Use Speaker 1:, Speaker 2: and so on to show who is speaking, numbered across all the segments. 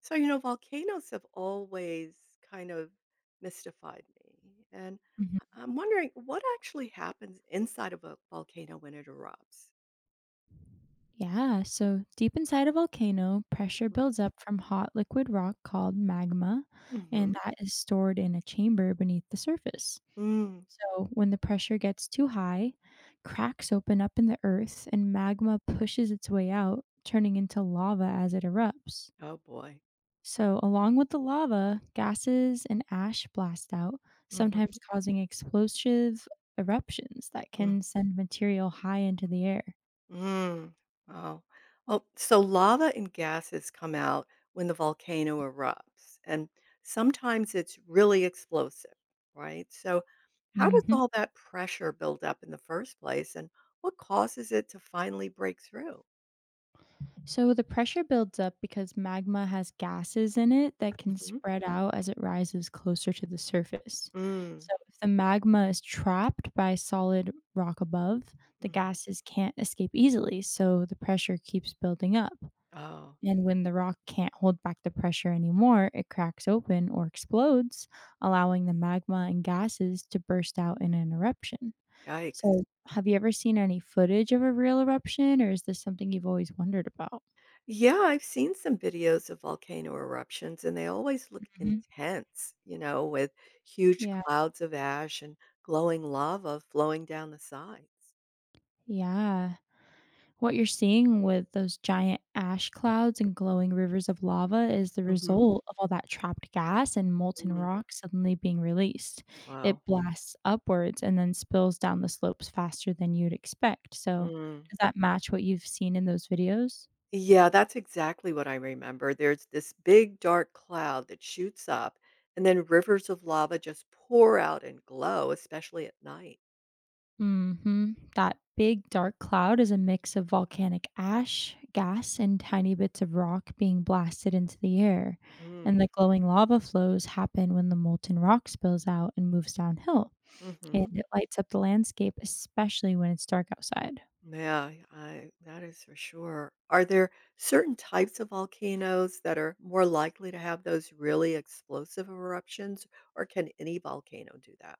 Speaker 1: So, volcanoes have always kind of mystified me. And
Speaker 2: Mhm.
Speaker 1: I'm wondering what actually happens inside of a volcano when it erupts?
Speaker 2: Yeah, so deep inside a volcano, pressure builds up from hot liquid rock called magma,
Speaker 1: Mm-hmm.
Speaker 2: and that is stored in a chamber beneath the surface.
Speaker 1: Mm.
Speaker 2: So when the pressure gets too high, cracks open up in the earth and magma pushes its way out, turning into lava as it erupts.
Speaker 1: Oh, boy.
Speaker 2: So, along with the lava, gases and ash blast out,
Speaker 1: Mm-hmm.
Speaker 2: sometimes causing explosive eruptions that
Speaker 1: Mm.
Speaker 2: can send material high into the air.
Speaker 1: Mm. Wow. Well, so lava and gases come out when the volcano erupts, and sometimes it's really explosive, right? So, how does
Speaker 2: hmm
Speaker 1: all that pressure build up in the first place, and what causes it to finally break through?
Speaker 2: So, the pressure builds up because magma has gases in it that can
Speaker 1: Mhm.
Speaker 2: spread out as it rises closer to the surface.
Speaker 1: Mm,
Speaker 2: So, if the magma is trapped by solid rock above, the
Speaker 1: mhm.
Speaker 2: gases can't escape easily, so the pressure keeps building up.
Speaker 1: Oh,
Speaker 2: And when the rock can't hold back the pressure anymore, it cracks open or explodes, allowing the magma and gases to burst out in an eruption.
Speaker 1: yikes.
Speaker 2: So, have you ever seen any footage of a real eruption, or is this something you've always wondered about?
Speaker 1: Yeah, I've seen some videos of volcano eruptions, and they always look
Speaker 2: hmm
Speaker 1: intense, with huge
Speaker 2: Yeah.
Speaker 1: clouds of ash and glowing lava flowing down the sides.
Speaker 2: Yeah. What you're seeing with those giant ash clouds and glowing rivers of lava is the
Speaker 1: Hmm.
Speaker 2: result of all that trapped gas and molten
Speaker 1: Mm,
Speaker 2: rock suddenly being released.
Speaker 1: wow.
Speaker 2: It blasts upwards and then spills down the slopes faster than you'd expect. So,
Speaker 1: Mm.
Speaker 2: does that match what you've seen in those videos?
Speaker 1: Yeah, that's exactly what I remember. There's this big dark cloud that shoots up, and then rivers of lava just pour out and glow, especially at night.
Speaker 2: That big dark cloud is a mix of volcanic ash, gas, and tiny bits of rock being blasted into the air. And
Speaker 1: Mm.
Speaker 2: the glowing lava flows happen when the molten rock spills out and moves downhill, and
Speaker 1: Hmm.
Speaker 2: it lights up the landscape, especially when it's dark outside.
Speaker 1: Yeah, I that is for sure. Are there certain types of volcanoes that are more likely to have those really explosive eruptions, or can any volcano do that?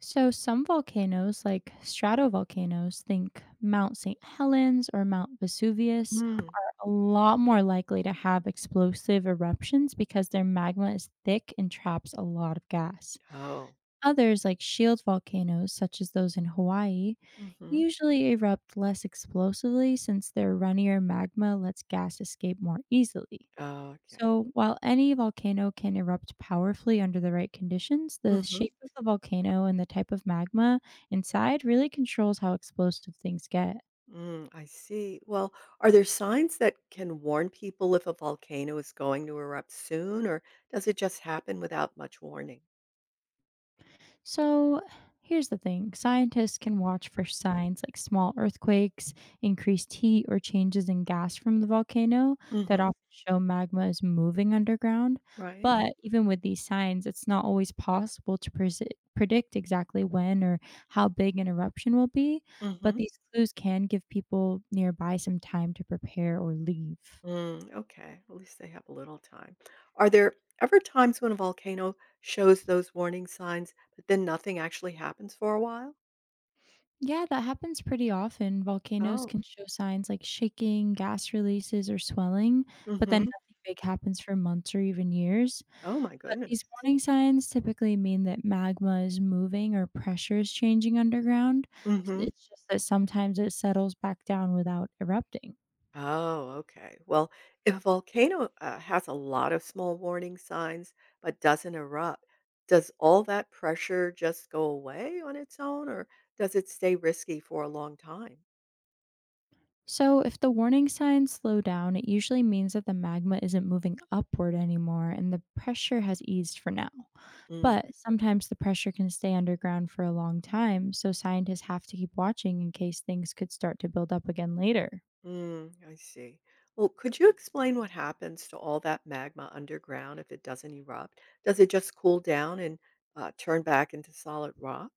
Speaker 2: So, some volcanoes, like stratovolcanoes, think Mount St. Helens or Mount Vesuvius,
Speaker 1: Mm.
Speaker 2: are a lot more likely to have explosive eruptions because their magma is thick and traps a lot of gas.
Speaker 1: Oh.
Speaker 2: Others, like shield volcanoes, such as those in Hawaii,
Speaker 1: Hmm.
Speaker 2: usually erupt less explosively since their runnier magma lets gas escape more easily.
Speaker 1: Oh, okay.
Speaker 2: So, while any volcano can erupt powerfully under the right conditions, the
Speaker 1: Mm-hmm.
Speaker 2: shape of the volcano and the type of magma inside really controls how explosive things get.
Speaker 1: Mm, I see. Well, are there signs that can warn people if a volcano is going to erupt soon, or does it just happen without much warning?
Speaker 2: So, here's the thing: scientists can watch for signs like small earthquakes, increased heat, or changes in gas from the volcano that
Speaker 1: Mm-hmm.
Speaker 2: often show magma is moving underground.
Speaker 1: Right.
Speaker 2: But even with these signs, it's not always possible to predict exactly when or how big an eruption will be. But
Speaker 1: Mm-hmm.
Speaker 2: these clues can give people nearby some time to prepare or leave.
Speaker 1: Mm, okay. At least they have a little time. Are there ever times when a volcano shows those warning signs, but then nothing actually happens for a while?
Speaker 2: Yeah, that happens pretty often. Volcanoes
Speaker 1: Oh.
Speaker 2: can show signs like shaking, gas releases, or swelling, but then
Speaker 1: Mm-hmm.
Speaker 2: nothing big happens for months or even years.
Speaker 1: Oh my
Speaker 2: But these
Speaker 1: goodness.
Speaker 2: warning signs typically mean that magma is moving or pressure is changing underground.
Speaker 1: Mm-hmm.
Speaker 2: It's just that sometimes it settles back down without erupting.
Speaker 1: Oh, okay. Well, if a volcano has a lot of small warning signs but doesn't erupt, does all that pressure just go away on its own, or does it stay risky for a long time?
Speaker 2: So, if the warning signs slow down, it usually means that the magma isn't moving upward anymore and the pressure has eased for now. But sometimes the pressure can stay underground for a long time, so scientists have to keep watching in case things could start to build up again later.
Speaker 1: Mm, I see. Well, could you explain what happens to all that magma underground if it doesn't erupt? Does it just cool down and turn back into solid rock?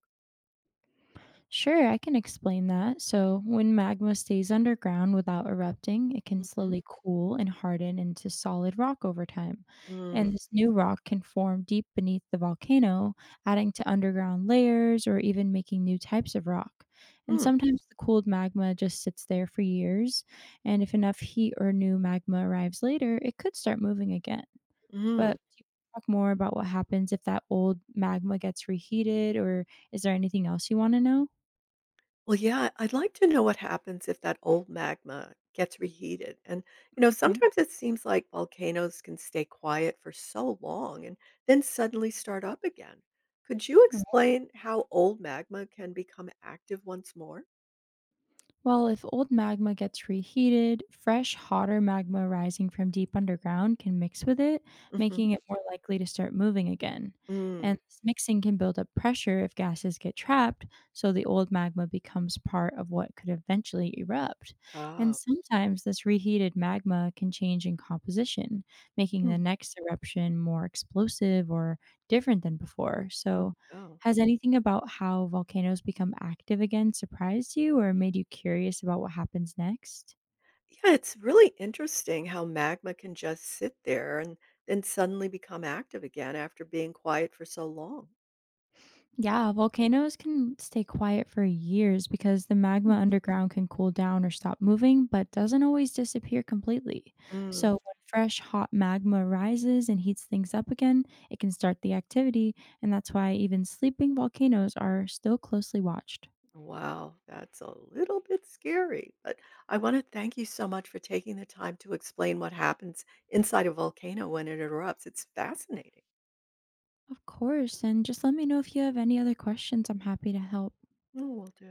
Speaker 2: Sure, I can explain that. So, when magma stays underground without erupting, it can
Speaker 1: Mhm.
Speaker 2: slowly cool and harden into solid rock over time. And
Speaker 1: Mm,
Speaker 2: this new rock can form deep beneath the volcano, adding to underground layers or even making new types of rock. And
Speaker 1: mm,
Speaker 2: sometimes the cooled magma just sits there for years. And if enough heat or new magma arrives later, it could start moving again.
Speaker 1: mm.
Speaker 2: But do you talk more about what happens if that old magma gets reheated, or is there anything else you want to know?
Speaker 1: Well, yeah, I'd like to know what happens if that old magma gets reheated. And,
Speaker 2: Okay.
Speaker 1: sometimes it seems like volcanoes can stay quiet for so long and then suddenly start up again. Could you
Speaker 2: Right.
Speaker 1: explain how old magma can become active once more?
Speaker 2: Well, if old magma gets reheated, fresh, hotter magma rising from deep underground can mix with it,
Speaker 1: Mm-hmm.
Speaker 2: making it more likely to start moving again.
Speaker 1: Mm.
Speaker 2: And this mixing can build up pressure if gases get trapped, so the old magma becomes part of what could eventually erupt. And
Speaker 1: Ah.
Speaker 2: sometimes this reheated magma can change in composition, making the
Speaker 1: Mm.
Speaker 2: next eruption more explosive or different than before.
Speaker 1: Oh,
Speaker 2: So,
Speaker 1: no.
Speaker 2: has anything about how volcanoes become active again surprised you or made you curious about what happens next?
Speaker 1: Yeah, it's really interesting how magma can just sit there and then suddenly become active again after being quiet for so long.
Speaker 2: Yeah, volcanoes can stay quiet for years because the magma
Speaker 1: Mm.
Speaker 2: underground can cool down or stop moving, but doesn't always disappear completely. So,
Speaker 1: Mm,
Speaker 2: when fresh, hot magma rises and heats things up again, it can start the activity, and that's why even sleeping volcanoes are still closely watched.
Speaker 1: wow, that's a little bit scary. But I want to thank you so much for taking the time to explain what happens inside a volcano when it erupts. It's fascinating.
Speaker 2: Of course, and just let me know if you have any other questions. I'm happy to help.
Speaker 1: Oh, will do.